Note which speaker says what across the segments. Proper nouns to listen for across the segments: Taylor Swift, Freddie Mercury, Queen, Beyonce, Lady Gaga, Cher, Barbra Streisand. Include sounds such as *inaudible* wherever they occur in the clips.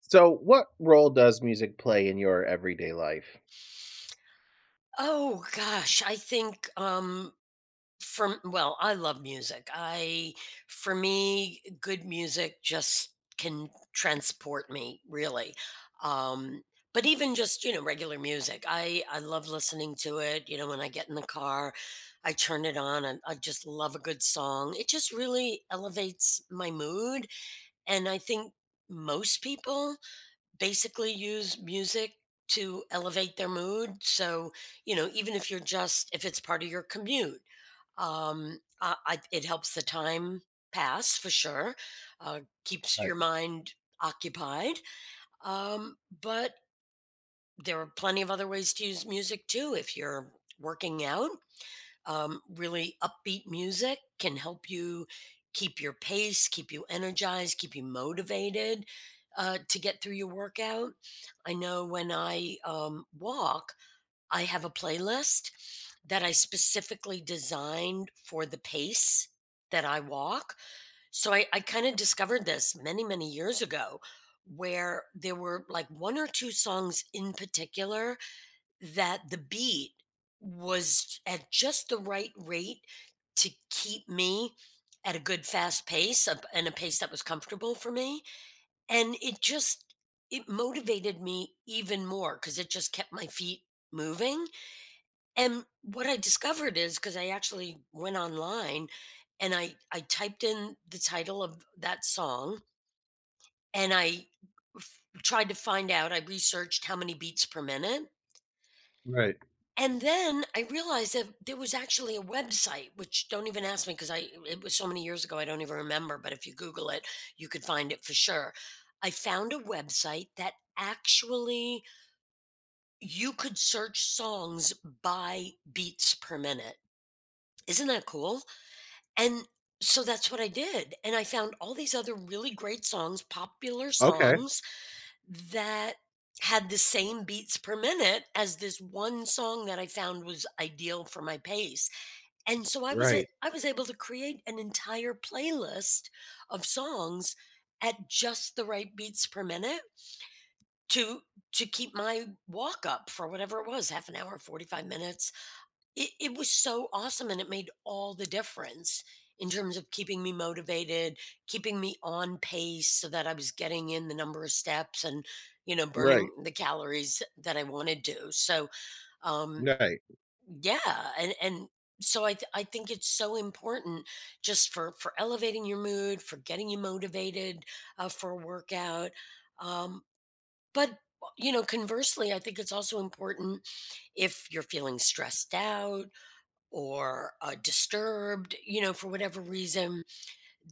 Speaker 1: So, what role does music play in your everyday life?
Speaker 2: Oh gosh, I think from well, I love music. I for me good music just can transport me, really. Um but even just, regular music. I love listening to it, when I get in the car, I turn it on and I just love a good song. It just really elevates my mood and I think most people basically use music to elevate their mood. So, even if if it's part of your commute, it helps the time pass for sure, keeps
Speaker 1: Right,
Speaker 2: your mind occupied. Um, but there are plenty of other ways to use music too. If you're working out, really upbeat music can help you keep your pace, keep you energized, keep you motivated to get through your workout. I know when I walk, I have a playlist that I specifically designed for the pace that I walk. So I kind of discovered this many, many years ago where there were like one or two songs in particular that the beat was at just the right rate to keep me at a good fast pace and a pace that was comfortable for me, and it just it motivated me even more because it just kept my feet moving. And what I discovered is because I actually went online and I typed in the title of that song, and I tried to find out. I researched how many beats per minute.
Speaker 1: right.
Speaker 2: And then I realized that there was actually a website, which don't even ask me because I it was so many years ago I don't even remember, but if you Google it, you could find it for sure. I found a website that actually you could search songs by beats per minute. Isn't that cool? And so that's what I did. And I found all these other really great songs, popular
Speaker 1: Okay.
Speaker 2: songs that had the same beats per minute as this one song that I found was ideal for my pace. And so
Speaker 1: Right,
Speaker 2: I was able to create an entire playlist of songs at just the right beats per minute to to keep my walk up for whatever it was, half an hour, 45 minutes. It was so awesome, and it made all the difference in terms of keeping me motivated, keeping me on pace so that I was getting in the number of steps and, you know, burning
Speaker 1: right,
Speaker 2: the calories that I wanted to. Um
Speaker 1: right.
Speaker 2: yeah, and so I think it's so important, just for elevating your mood, for getting you motivated for a workout. Um but you know, conversely, I think it's also important if you're feeling stressed out or disturbed, you know, for whatever reason,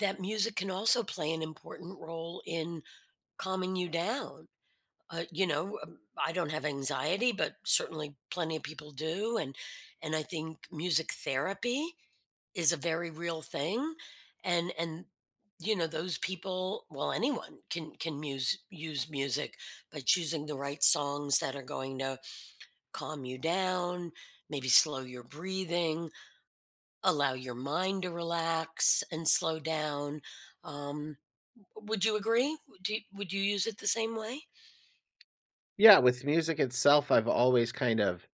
Speaker 2: that music can also play an important role in calming you down. You know, I don't have anxiety, but certainly plenty of people do, and I think music therapy is a very real thing, and you know, those people, well, anyone can use music by choosing the right songs that are going to calm you down, maybe slow your breathing, allow your mind to relax and slow down. Um, would you agree? Would you use it the same way?
Speaker 1: Yeah, with music itself, I've always kind of,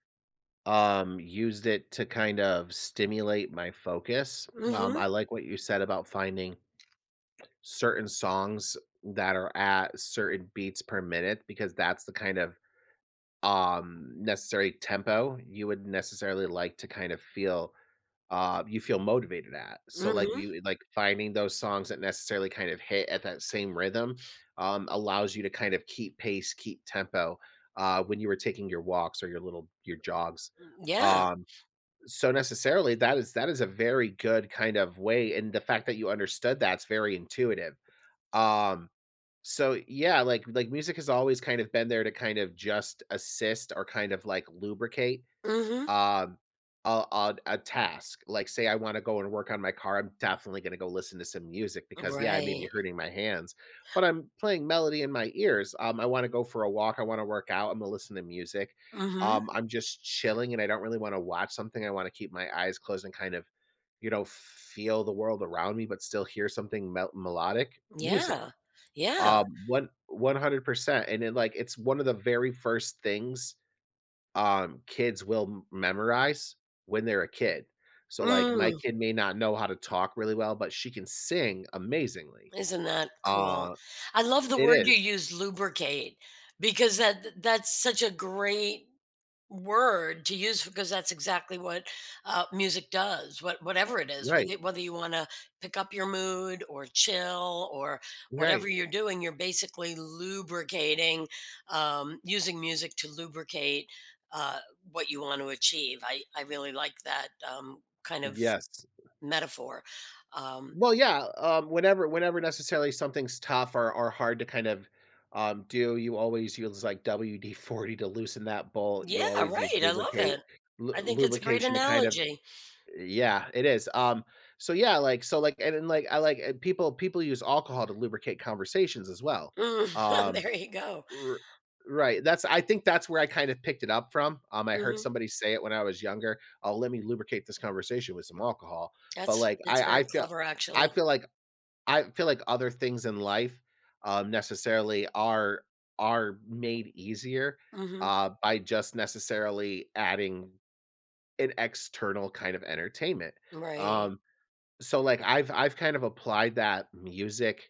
Speaker 1: used it to kind of stimulate my focus.
Speaker 2: Mm-hmm.
Speaker 1: I like what you said about finding certain songs that are at certain beats per minute because that's the kind of, necessary tempo you would necessarily like to kind of feel you feel motivated at. So, like,
Speaker 2: Mm-hmm.
Speaker 1: you like finding those songs that necessarily kind of hit at that same rhythm, allows you to kind of keep pace, keep tempo, when you were taking your walks or your little your jogs.
Speaker 2: Yeah.
Speaker 1: Um, so necessarily that is a very good kind of way, and the fact that you understood that's very intuitive. Um, so yeah, like music has always kind of been there to kind of just assist or kind of like lubricate.
Speaker 2: Mhm.
Speaker 1: Um, a task, like, say I wanna go and work on my car, I'm definitely gonna go listen to some music because, yeah, I may be
Speaker 2: Right.
Speaker 1: hurting my hands, but I'm playing melody in my ears. I wanna go for a walk, I wanna work out, Imma listen to music.
Speaker 2: Mhm.
Speaker 1: I'm just chilling and I don't really wanna watch something, I wanna keep my eyes closed and kind of, you know, feel the world around me, but still hear something melodic music.
Speaker 2: Yeah. Yeah.
Speaker 1: One 100%, and then, like, it's one of the very first things kids will m memorize when they're a kid. So, like, my
Speaker 2: Mm,
Speaker 1: kid may not know how to talk really well, but she can sing amazingly.
Speaker 2: isn't that cool?
Speaker 1: Uh,
Speaker 2: I love the
Speaker 1: it
Speaker 2: word you
Speaker 1: is.
Speaker 2: use, lubricate, because that's such a great word to use, because that's exactly what music does. Whatever it is,
Speaker 1: Right,
Speaker 2: whether you want to pick up your mood or chill or whatever
Speaker 1: right.
Speaker 2: you're doing, you're basically lubricating, using music to lubricate uh, what you want to achieve. I really like that, kind of
Speaker 1: Yes.
Speaker 2: metaphor. um,
Speaker 1: Well, yeah, whenever necessarily something's tough or hard to kind of, do, you always use, like, WD-40 to loosen that bolt, you
Speaker 2: yeah,
Speaker 1: always use
Speaker 2: right, I love it.
Speaker 1: lubricate lu
Speaker 2: I think it's a great
Speaker 1: lubrication to kind of.
Speaker 2: analogy.
Speaker 1: Yeah, it is. So yeah, like so like and then like I like and people use alcohol to lubricate conversations as well.
Speaker 2: Mm, *laughs*
Speaker 1: Um,
Speaker 2: there you go.
Speaker 1: r- right. That's I think that's where I kind of picked it up from. Um, I heard
Speaker 2: Hmm,
Speaker 1: somebody say it when I was younger. Oh, let me lubricate this conversation with some alcohol. But
Speaker 2: that's
Speaker 1: like
Speaker 2: it's
Speaker 1: I
Speaker 2: very
Speaker 1: I feel,
Speaker 2: clever
Speaker 1: I
Speaker 2: actually.
Speaker 1: feel like I feel like other things in life um, necessarily are made easier
Speaker 2: Hmm.
Speaker 1: uh, by just necessarily adding an external kind of entertainment.
Speaker 2: Right.
Speaker 1: Um, so like I've kind of applied that music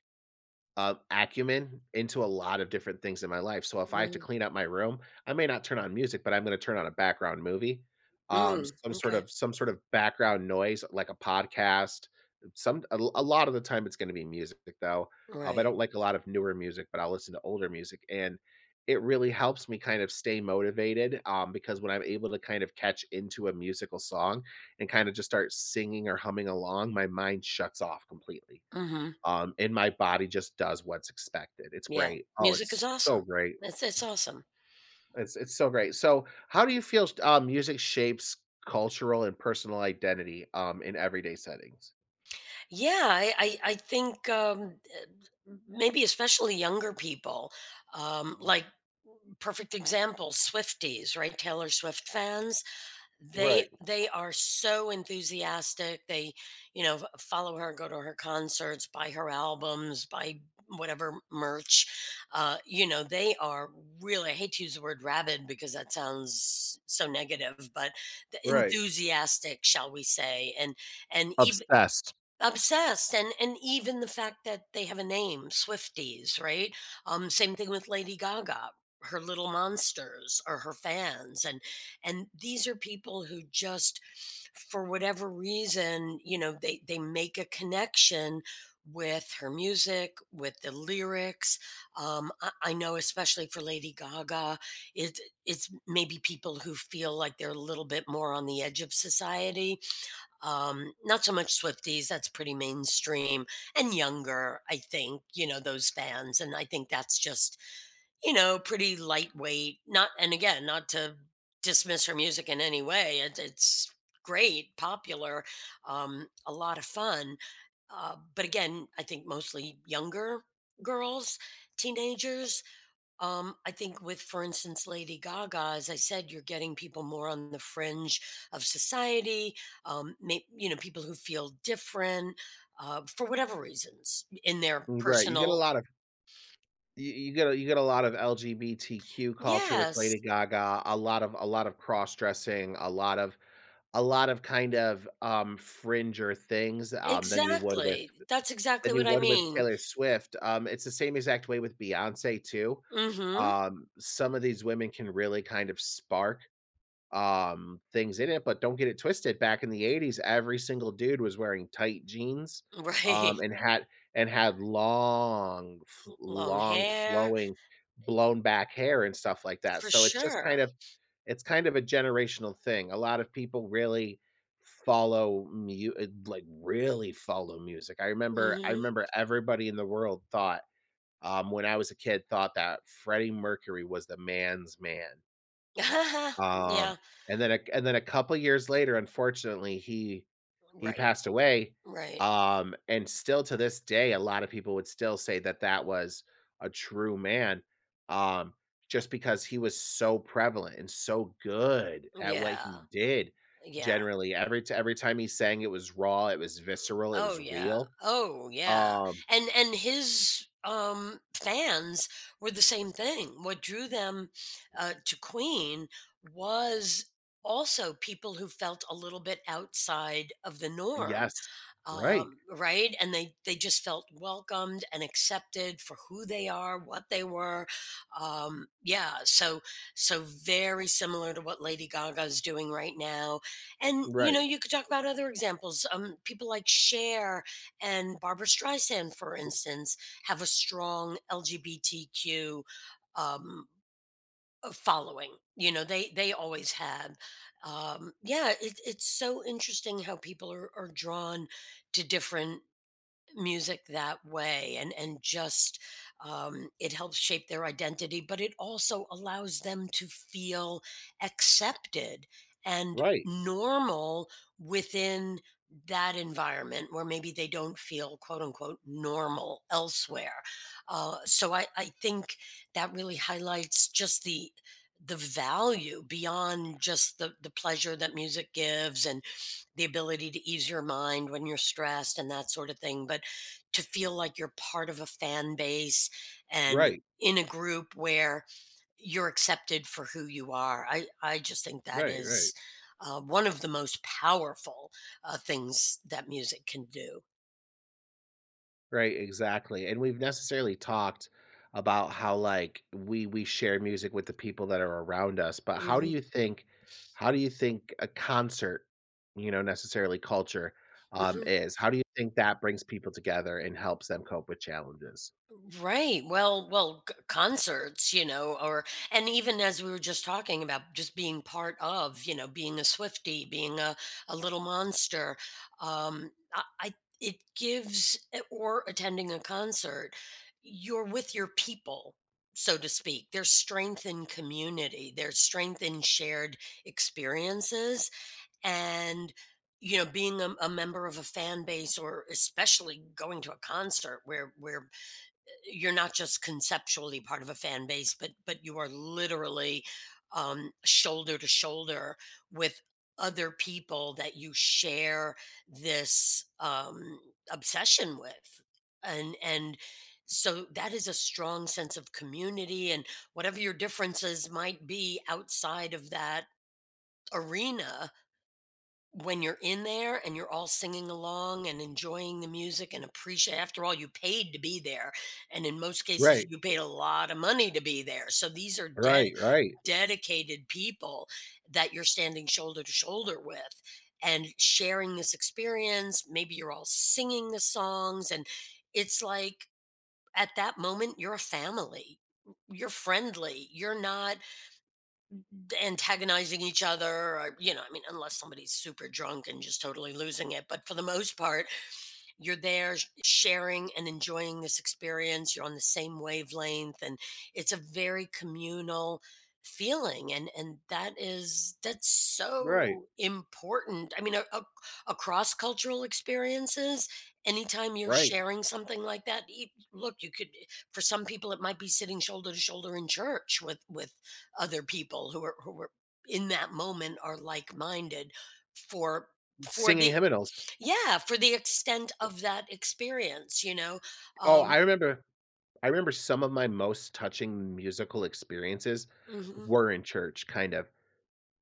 Speaker 1: acumen into a lot of different things in my life. So if I have to
Speaker 2: Mm.
Speaker 1: clean up my room, I may not turn on music, but I'm going to turn on a background movie,
Speaker 2: Mm.
Speaker 1: some sort
Speaker 2: Okay.
Speaker 1: of some sort of background noise like a podcast. Some a lot of the time it's going to be music though. I
Speaker 2: Right.
Speaker 1: don't like a lot of newer music, but I'll listen to older music, and it really helps me kind of stay motivated. Because when I'm able to kind of catch into a musical song and kind of just start singing or humming along, my mind shuts off completely.
Speaker 2: Mhm.
Speaker 1: And my body just does what's expected. It's
Speaker 2: Yeah.
Speaker 1: great. Oh,
Speaker 2: Music is
Speaker 1: it's so
Speaker 2: awesome.
Speaker 1: great.
Speaker 2: That's It's awesome.
Speaker 1: It's so great. So, how do you feel music shapes cultural and personal identity, in everyday settings?
Speaker 2: Yeah, I think maybe especially younger people, like, perfect example, Swifties, right? Taylor Swift fans. They
Speaker 1: Right,
Speaker 2: they are so enthusiastic. You know, follow her, go to her concerts, buy her albums, buy whatever merch. You know, they are really, I hate to use the word rabid because that sounds so negative, but the
Speaker 1: right.
Speaker 2: enthusiastic, shall we say, and even
Speaker 1: Obsessed.
Speaker 2: Obsessed, and even the fact that they have a name, Swifties, right? Same thing with Lady Gaga. Her little monsters are her fans, and these are people who just, for whatever reason, you know, they make a connection with her music, with the lyrics. I know, especially for Lady Gaga, it it's maybe people who feel like they're a little bit more on the edge of society. Not so much Swifties, that's pretty mainstream and younger, I think, you know, those fans. And I think that's just, you know, pretty lightweight. Not, And again, not to dismiss her music in any way, it's great, popular, a lot of fun. But again, I think mostly younger girls, teenagers. I think with, for instance, Lady Gaga, as I said, you're getting people more on the fringe of society. You know, people who feel different for whatever reasons in their
Speaker 1: Right, you get a
Speaker 2: personal.
Speaker 1: lot of you get a lot of LGBTQ culture with
Speaker 2: Yes,
Speaker 1: Lady Gaga, a lot of cross-dressing, a lot of kind of, fringier things, than you would with
Speaker 2: exactly. That's exactly what I mean.
Speaker 1: Taylor Swift. It's the same exact way with Beyonce too.
Speaker 2: Mm-hmm.
Speaker 1: Some of these women can really kind of spark things in it, but don't get it twisted. Back in the 80s, every single dude was wearing tight jeans
Speaker 2: *laughs*
Speaker 1: um,
Speaker 2: Right.
Speaker 1: and had long
Speaker 2: Long
Speaker 1: long
Speaker 2: hair,
Speaker 1: flowing blown back hair and stuff like that.
Speaker 2: for
Speaker 1: So it's just kind
Speaker 2: sure.
Speaker 1: of it's kind of a generational thing. A lot of people really follow mu like, really follow music. I remember I
Speaker 2: Mm-hmm.
Speaker 1: remember everybody in the world thought, when I was a kid, thought that Freddie Mercury was the man's man.
Speaker 2: *laughs*
Speaker 1: Um,
Speaker 2: yeah.
Speaker 1: and then a couple years later, unfortunately, he
Speaker 2: Right.
Speaker 1: passed away,
Speaker 2: Right.
Speaker 1: and still to this day, a lot of people would still say that that was a true man, um, just because he was so prevalent and so good at what
Speaker 2: Yeah.
Speaker 1: he did.
Speaker 2: Yeah.
Speaker 1: Generally, every time he sang, it was raw, it was visceral, it
Speaker 2: Oh
Speaker 1: was
Speaker 2: yeah.
Speaker 1: real.
Speaker 2: Oh yeah.
Speaker 1: Um,
Speaker 2: And his fans were the same thing. What drew them to Queen was also people who felt a little bit outside of the norm.
Speaker 1: yes. Right.
Speaker 2: Right? And they just felt welcomed and accepted for who they are, what they were. Yeah, so so very similar to what Lady Gaga is doing right now. And you
Speaker 1: Right.
Speaker 2: know, you could talk about other examples. People like Cher and Barbara Streisand, for instance, have a strong LGBTQ um, following. You know, they always have. Yeah, it's so interesting how people are drawn to different music that way, and just, it helps shape their identity, but it also allows them to feel accepted and
Speaker 1: Right.
Speaker 2: normal within that environment where maybe they don't feel quote unquote normal elsewhere. So, I think that really highlights just the value beyond just the pleasure that music gives, and the ability to ease your mind when you're stressed and that sort of thing, but to feel like you're part of a fan base and
Speaker 1: Right.
Speaker 2: in a group where you're accepted for who you are. I just think that
Speaker 1: Right. Right.
Speaker 2: is one of the most powerful things that music can do.
Speaker 1: Right, exactly, and we've necessarily talked about how, like, we share music with the people that are around us, but how do
Speaker 2: Mhm.
Speaker 1: you think how do you think a concert, you know, necessarily culture,
Speaker 2: Mhm.
Speaker 1: is? How do you think that brings people together and helps them cope with challenges?
Speaker 2: Right. Well, concerts, you know, or and even as we were just talking about, just being part of, you know, being a Swifty, being a little monster. I or attending a concert, you're with your people, so to speak. There's strength in community. There's strength in shared experiences, and you know, being a member of a fan base, or especially going to a concert where you're not just conceptually part of a fan base, but you are literally, shoulder to shoulder with other people that you share this, obsession with, and so that is a strong sense of community. And whatever your differences might be outside of that arena, when you're in there and you're all singing along and enjoying the music and appreciate, after all you paid to be there, and in most cases
Speaker 1: Right,
Speaker 2: you paid a lot of money to be there, so these are
Speaker 1: right, right,
Speaker 2: dedicated people that you're standing shoulder to shoulder with and sharing this experience, maybe you're all singing the songs, and it's like at that moment you're a family, you're friendly, you're not antagonizing each other, or you know, I mean, unless somebody's super drunk and just totally losing it, but for the most part you're there sh sharing and enjoying this experience. You're on the same wavelength, and it's a very communal feeling, and that is that's
Speaker 1: right,
Speaker 2: so important. I mean, a across cultural experiences, anytime you're
Speaker 1: right.
Speaker 2: sharing something like that, e look, you could, for some people, it might be sitting shoulder to shoulder in church with other people who are in that moment are like-minded for for
Speaker 1: Singing
Speaker 2: the
Speaker 1: hymnals.
Speaker 2: yeah, for the extent of that experience, you know?
Speaker 1: Oh,
Speaker 2: Um,
Speaker 1: I remember some of my most touching musical experiences
Speaker 2: mhm,
Speaker 1: were in church, kind of.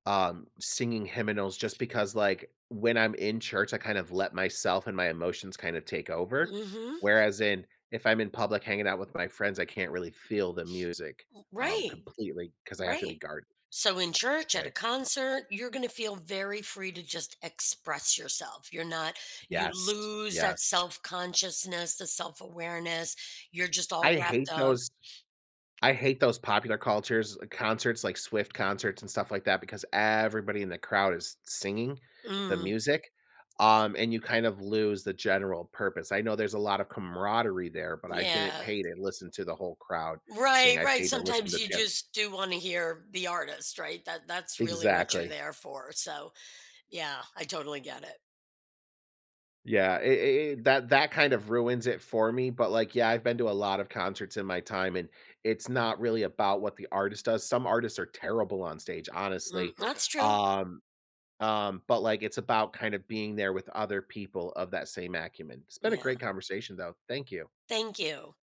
Speaker 1: Um, singing hymnals just because like when I'm in church I kind of let myself and my emotions kind of take over
Speaker 2: mhm.
Speaker 1: whereas in if I'm in public hanging out with my friends I can't really feel the music um,
Speaker 2: Right,
Speaker 1: completely because I have to
Speaker 2: right.
Speaker 1: be guarded.
Speaker 2: So in church, at a
Speaker 1: Right,
Speaker 2: concert, you're gonna feel very free to just express yourself. You're not You
Speaker 1: yes,
Speaker 2: lose that
Speaker 1: yes.
Speaker 2: self-consciousness, the self-awareness. You're just all
Speaker 1: I
Speaker 2: wrapped
Speaker 1: hate
Speaker 2: up.
Speaker 1: those I hate those popular cultures concerts, like Swift concerts and stuff like that, because everybody in the crowd is singing the
Speaker 2: Mm,
Speaker 1: music, and you kind of lose the general purpose. I know there's a lot of camaraderie there, but I didn't
Speaker 2: yeah.
Speaker 1: pay to listen to the whole crowd sing.
Speaker 2: Right,
Speaker 1: I
Speaker 2: right.
Speaker 1: paid to listen
Speaker 2: Sometimes
Speaker 1: to
Speaker 2: you
Speaker 1: 10.
Speaker 2: just do wanna hear the artist, right? That's really what you're
Speaker 1: Exactly.
Speaker 2: there for. So, yeah, I totally get it.
Speaker 1: Yeah, that that kind of ruins it for me. But like, yeah, I've been to a lot of concerts in my time, and it's not really about what the artist does. Some artists are terrible on stage,
Speaker 2: Mm,
Speaker 1: honestly.
Speaker 2: that's true.
Speaker 1: Um, Um, but like it's about kind of being there with other people of that same acumen. It's been a
Speaker 2: Yeah.
Speaker 1: great conversation though. Thank you.
Speaker 2: Thank you.